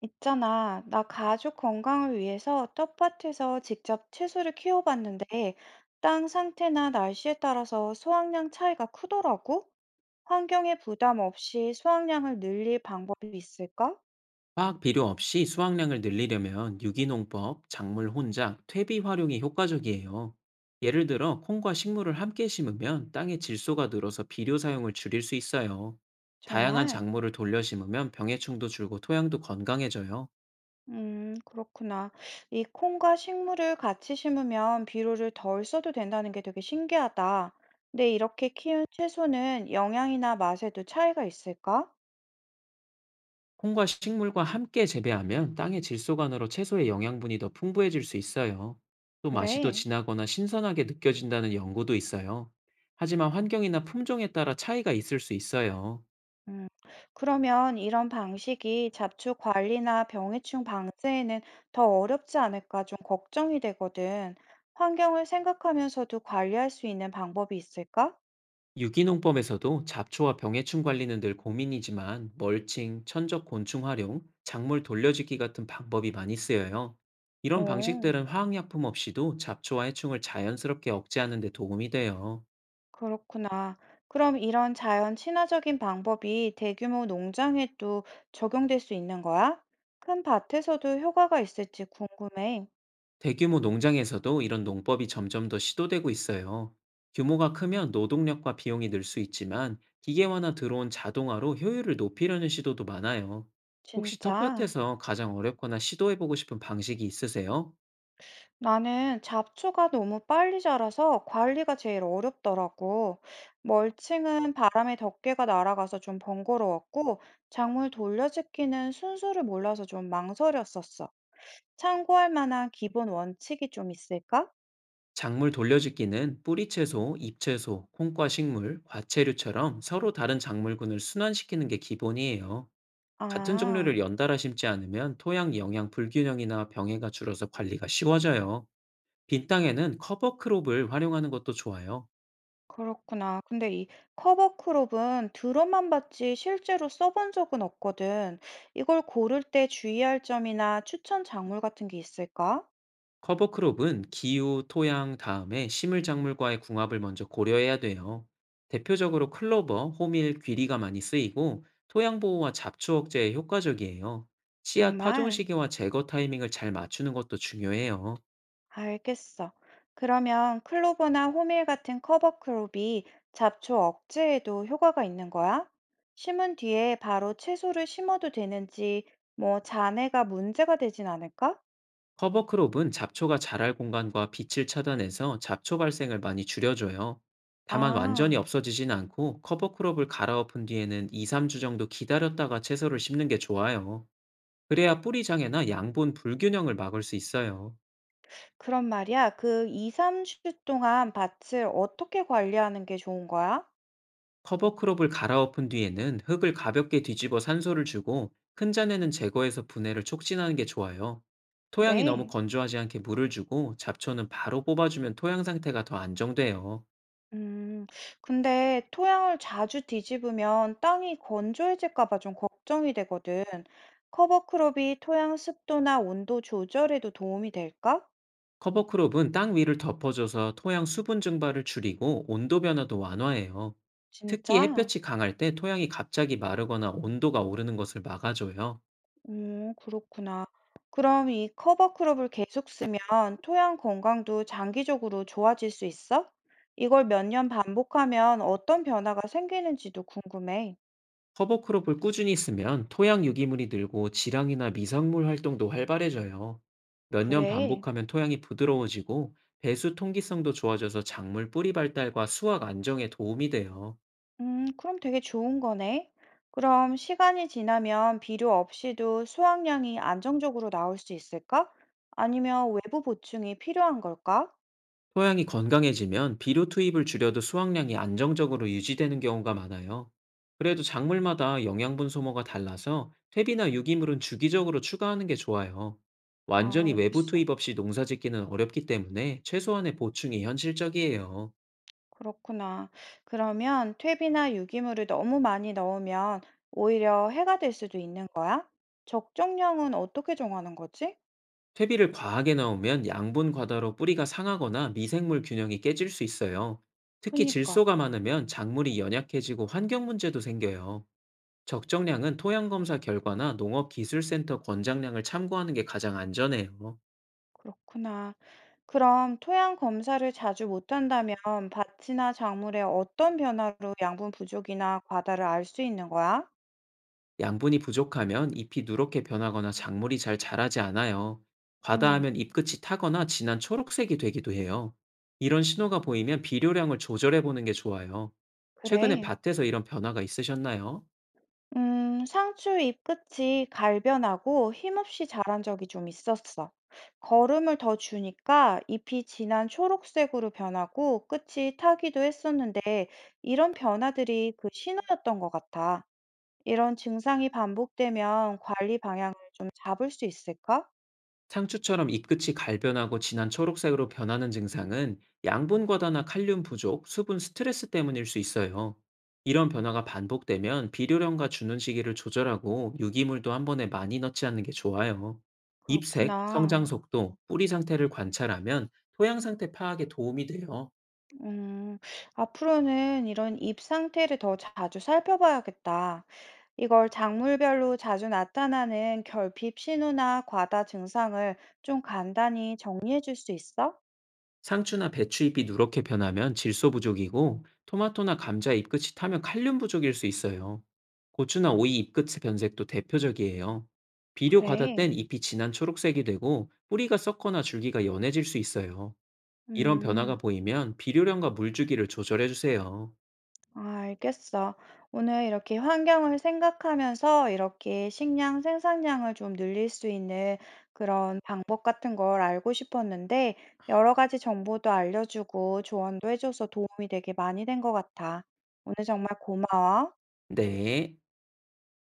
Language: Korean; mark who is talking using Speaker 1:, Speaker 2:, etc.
Speaker 1: 있잖아, 나 가족 건강을 위해서 텃밭에서 직접 채소를 키워봤는데, 땅 상태나 날씨에 따라서 수확량 차이가 크더라고? 환경에 부담 없이 수확량을 늘릴 방법이 있을까?
Speaker 2: 화학 비료 없이 수확량을 늘리려면 유기농법, 작물 혼작, 퇴비 활용이 효과적이에요. 예를 들어 콩과 식물을 함께 심으면 땅의 질소가 늘어서 비료 사용을 줄일 수 있어요. 다양한
Speaker 1: 정말?
Speaker 2: 작물을 돌려 심으면 병해충도 줄고 토양도 건강해져요.
Speaker 1: 그렇구나. 이 콩과 식물을 같이 심으면 비료를 덜 써도 된다는 게 되게 신기하다. 근데 이렇게 키운 채소는 영양이나 맛에도 차이가 있을까?
Speaker 2: 콩과 식물과 함께 재배하면 땅의 질소관으로 채소의 영양분이 더 풍부해질 수 있어요. 또 맛이 더
Speaker 1: 그래.
Speaker 2: 진하거나 신선하게 느껴진다는 연구도 있어요. 하지만 환경이나 품종에 따라 차이가 있을 수 있어요.
Speaker 1: 음, 그러면 이런 방식이 잡초 관리나 병해충 방제에는 더 어렵지 않을까 좀 걱정이 되거든. 환경을 생각하면서도 관리할 수 있는 방법이 있을까?
Speaker 2: 유기농법에서도 잡초와 병해충 관리는 늘 고민이지만 멀칭, 천적 곤충 활용, 작물 돌려짓기 같은 방법이 많이 쓰여요. 이런
Speaker 1: 어,
Speaker 2: 방식들은 화학약품 없이도 잡초와 해충을 자연스럽게 억제하는 데 도움이 돼요.
Speaker 1: 그렇구나. 그럼 이런 자연 친화적인 방법이 대규모 농장에도 적용될 수 있는 거야? 큰 밭에서도 효과가 있을지 궁금해.
Speaker 2: 대규모 농장에서도 이런 농법이 점점 더 시도되고 있어요. 규모가 크면 노동력과 비용이 늘 수 있지만 기계화나 드론 자동화로 효율을 높이려는 시도도 많아요. 혹시
Speaker 1: 진짜.
Speaker 2: 텃밭에서 가장 어렵거나 시도해보고 싶은 방식이 있으세요?
Speaker 1: 나는 잡초가 너무 빨리 자라서 관리가 제일 어렵더라고. 멀칭은 바람에 덮개가 날아가서 좀 번거로웠고, 작물 돌려짓기는 순서를 몰라서 좀 망설였었어. 참고할 만한 기본 원칙이 좀 있을까?
Speaker 2: 작물 돌려짓기는 뿌리채소, 잎채소, 콩과 식물, 과채류처럼 서로 다른 작물군을 순환시키는 게 기본이에요. 같은
Speaker 1: 아,
Speaker 2: 종류를 연달아 심지 않으면 토양 영양 불균형이나 병해가 줄어서 관리가 쉬워져요. 빈 땅에는 커버 크롭을 활용하는 것도 좋아요.
Speaker 1: 그렇구나. 근데 이 커버크롭은 들어만 봤지 실제로 써본 적은 없거든. 이걸 고를 때 주의할 점이나 추천 작물 같은 게 있을까?
Speaker 2: 커버크롭은 기후, 토양 다음에 식물작물과의 궁합을 먼저 고려해야 돼요. 대표적으로 클로버, 호밀, 귀리가 많이 쓰이고 토양 보호와 잡초 억제에 효과적이에요. 씨앗 파종
Speaker 1: 정말.
Speaker 2: 시기와 제거 타이밍을 잘 맞추는 것도 중요해요.
Speaker 1: 알겠어. 그러면 클로버나 호밀 같은 커버 크롭이 잡초 억제에도 효과가 있는 거야? 심은 뒤에 바로 채소를 심어도 되는지, 뭐 잔해가 문제가 되진 않을까?
Speaker 2: 커버크롭은 잡초가 자랄 공간과 빛을 차단해서 잡초 발생을 많이 줄여줘요. 다만 완전히
Speaker 1: 아,
Speaker 2: 없어지진 않고 커버크롭을 갈아엎은 뒤에는 2, 3주 정도 기다렸다가 채소를 심는 게 좋아요. 그래야 뿌리장애나 양분 불균형을 막을 수 있어요.
Speaker 1: 그런 말이야. 그 이삼 주 동안 밭을 어떻게 관리하는 게 좋은 거야?
Speaker 2: 커버크롭을 갈아엎은 뒤에는 흙을 가볍게 뒤집어 산소를 주고 큰 잔에는 제거해서 분해를 촉진하는 게 좋아요. 토양이 너무
Speaker 1: 그래.
Speaker 2: 건조하지 않게 물을 주고 잡초는 바로 뽑아주면 토양 상태가 더 안정돼요.
Speaker 1: 음, 근데 토양을 자주 뒤집으면 땅이 건조해질까 봐 좀 걱정이 되거든. 커버크롭이 토양 습도나 온도 조절에도 도움이 될까?
Speaker 2: 커버크롭은 땅 위를 덮어줘서 토양 수분 증발을 줄이고 온도 변화도 완화해요. 특히
Speaker 1: 진짜?
Speaker 2: 햇볕이 강할 때 토양이 갑자기 마르거나 온도가 오르는 것을 막아줘요.
Speaker 1: 그렇구나. 그럼 이 커버크롭을 계속 쓰면 토양 건강도 장기적으로 좋아질 수 있어? 이걸 몇 년 반복하면 어떤 변화가 생기는지도 궁금해.
Speaker 2: 커버크롭을 꾸준히 쓰면 토양 유기물이 늘고 지랑이나 미생물 활동도 활발해져요. 몇 년
Speaker 1: 그래.
Speaker 2: 반복하면 토양이 부드러워지고 배수 통기성도 좋아져서 작물 뿌리 발달과 수확 안정에 도움이 돼요.
Speaker 1: 그럼 되게 좋은 거네. 그럼 시간이 지나면 비료 없이도 수확량이 안정적으로 나올 수 있을까? 아니면 외부 보충이 필요한 걸까?
Speaker 2: 토양이 건강해지면 비료 투입을 줄여도 수확량이 안정적으로 유지되는 경우가 많아요. 그래도 작물마다 영양분 소모가 달라서 퇴비나 유기물은 주기적으로 추가하는 게 좋아요.
Speaker 1: 아,
Speaker 2: 완전히 외부
Speaker 1: 알겠어.
Speaker 2: 투입 없이 농사 짓기는 어렵기 때문에 최소한의 보충이 현실적이에요.
Speaker 1: 그렇구나. 그러면 퇴비나 유기물을 너무 많이 넣으면 오히려 해가 될 수도 있는 거야? 적정량은 어떻게 정하는 거지?
Speaker 2: 퇴비를 과하게 넣으면 양분 과다로 뿌리가 상하거나 미생물 균형이 깨질 수 있어요. 특히
Speaker 1: 그니까.
Speaker 2: 질소가 많으면 작물이 연약해지고 환경 문제도 생겨요. 적정량은 토양검사 결과나 농업기술센터 권장량을 참고하는 게 가장 안전해요.
Speaker 1: 그렇구나. 그럼 토양 검사를 자주 못한다면 밭이나 작물에 어떤 변화로 양분 부족이나 과다를 알 수 있는 거야?
Speaker 2: 양분이 부족하면 잎이 누렇게 변하거나 작물이 잘 자라지 않아요.
Speaker 1: 음,
Speaker 2: 과다하면 잎끝이 타거나 진한 초록색이 되기도 해요. 이런 신호가 보이면 비료량을 조절해 보는 게 좋아요. 최근에
Speaker 1: 그래.
Speaker 2: 밭에서 이런 변화가 있으셨나요?
Speaker 1: 상추 잎 끝이 갈변하고 힘없이 자란 적이 좀 있었어. 거름을 더 주니까 잎이 진한 초록색으로 변하고 끝이 타기도 했었는데 이런 변화들이 그 신호였던 것 같아. 이런 증상이 반복되면 관리 방향을 좀 잡을 수 있을까?
Speaker 2: 상추처럼 잎끝이 갈변하고 진한 초록색으로 변하는 증상은 양분 과다나 칼륨 부족, 수분 스트레스 때문일 수 있어요. 이런 변화가 반복되면 비료령과 주는 시기를 조절하고 유기물도 한 번에 많이 넣지 않는 게 좋아요. 잎색, 성장
Speaker 1: 그렇구나.
Speaker 2: 속도, 뿌리 상태를 관찰하면 토양 상태 파악에 도움이 돼요.
Speaker 1: 음, 앞으로는 이런 잎 상태를 더 자주 살펴봐야겠다. 이걸 작물별로 자주 나타나는 결핍 신호나 과다 증상을 좀 간단히 정리해 줄 수 있어?
Speaker 2: 상추나 배추 잎이 누렇게 변하면 질소 부족이고 토마토나 감자 잎끝이 타면 칼륨 부족일 수 있어요. 고추나 오이 잎끝의 변색도 대표적이에요. 비료 과다 땐
Speaker 1: 그래.
Speaker 2: 잎이 진한 초록색이 되고 뿌리가 썩거나 줄기가 연해질 수 있어요. 이런 변화가
Speaker 1: 음.
Speaker 2: 보이면 비료량과 물주기를 조절해 주세요.
Speaker 1: 아, 알겠어. 오늘 이렇게 환경을 생각하면서 이렇게 식량 생산량을 좀 늘릴 수 있는 그런 방법 같은 걸 알고 싶었는데, 여러 가지 정보도 알려주고 조언도 해줘서 도움이 되게 많이 된 것 같아. 오늘 정말 고마워.
Speaker 2: 네.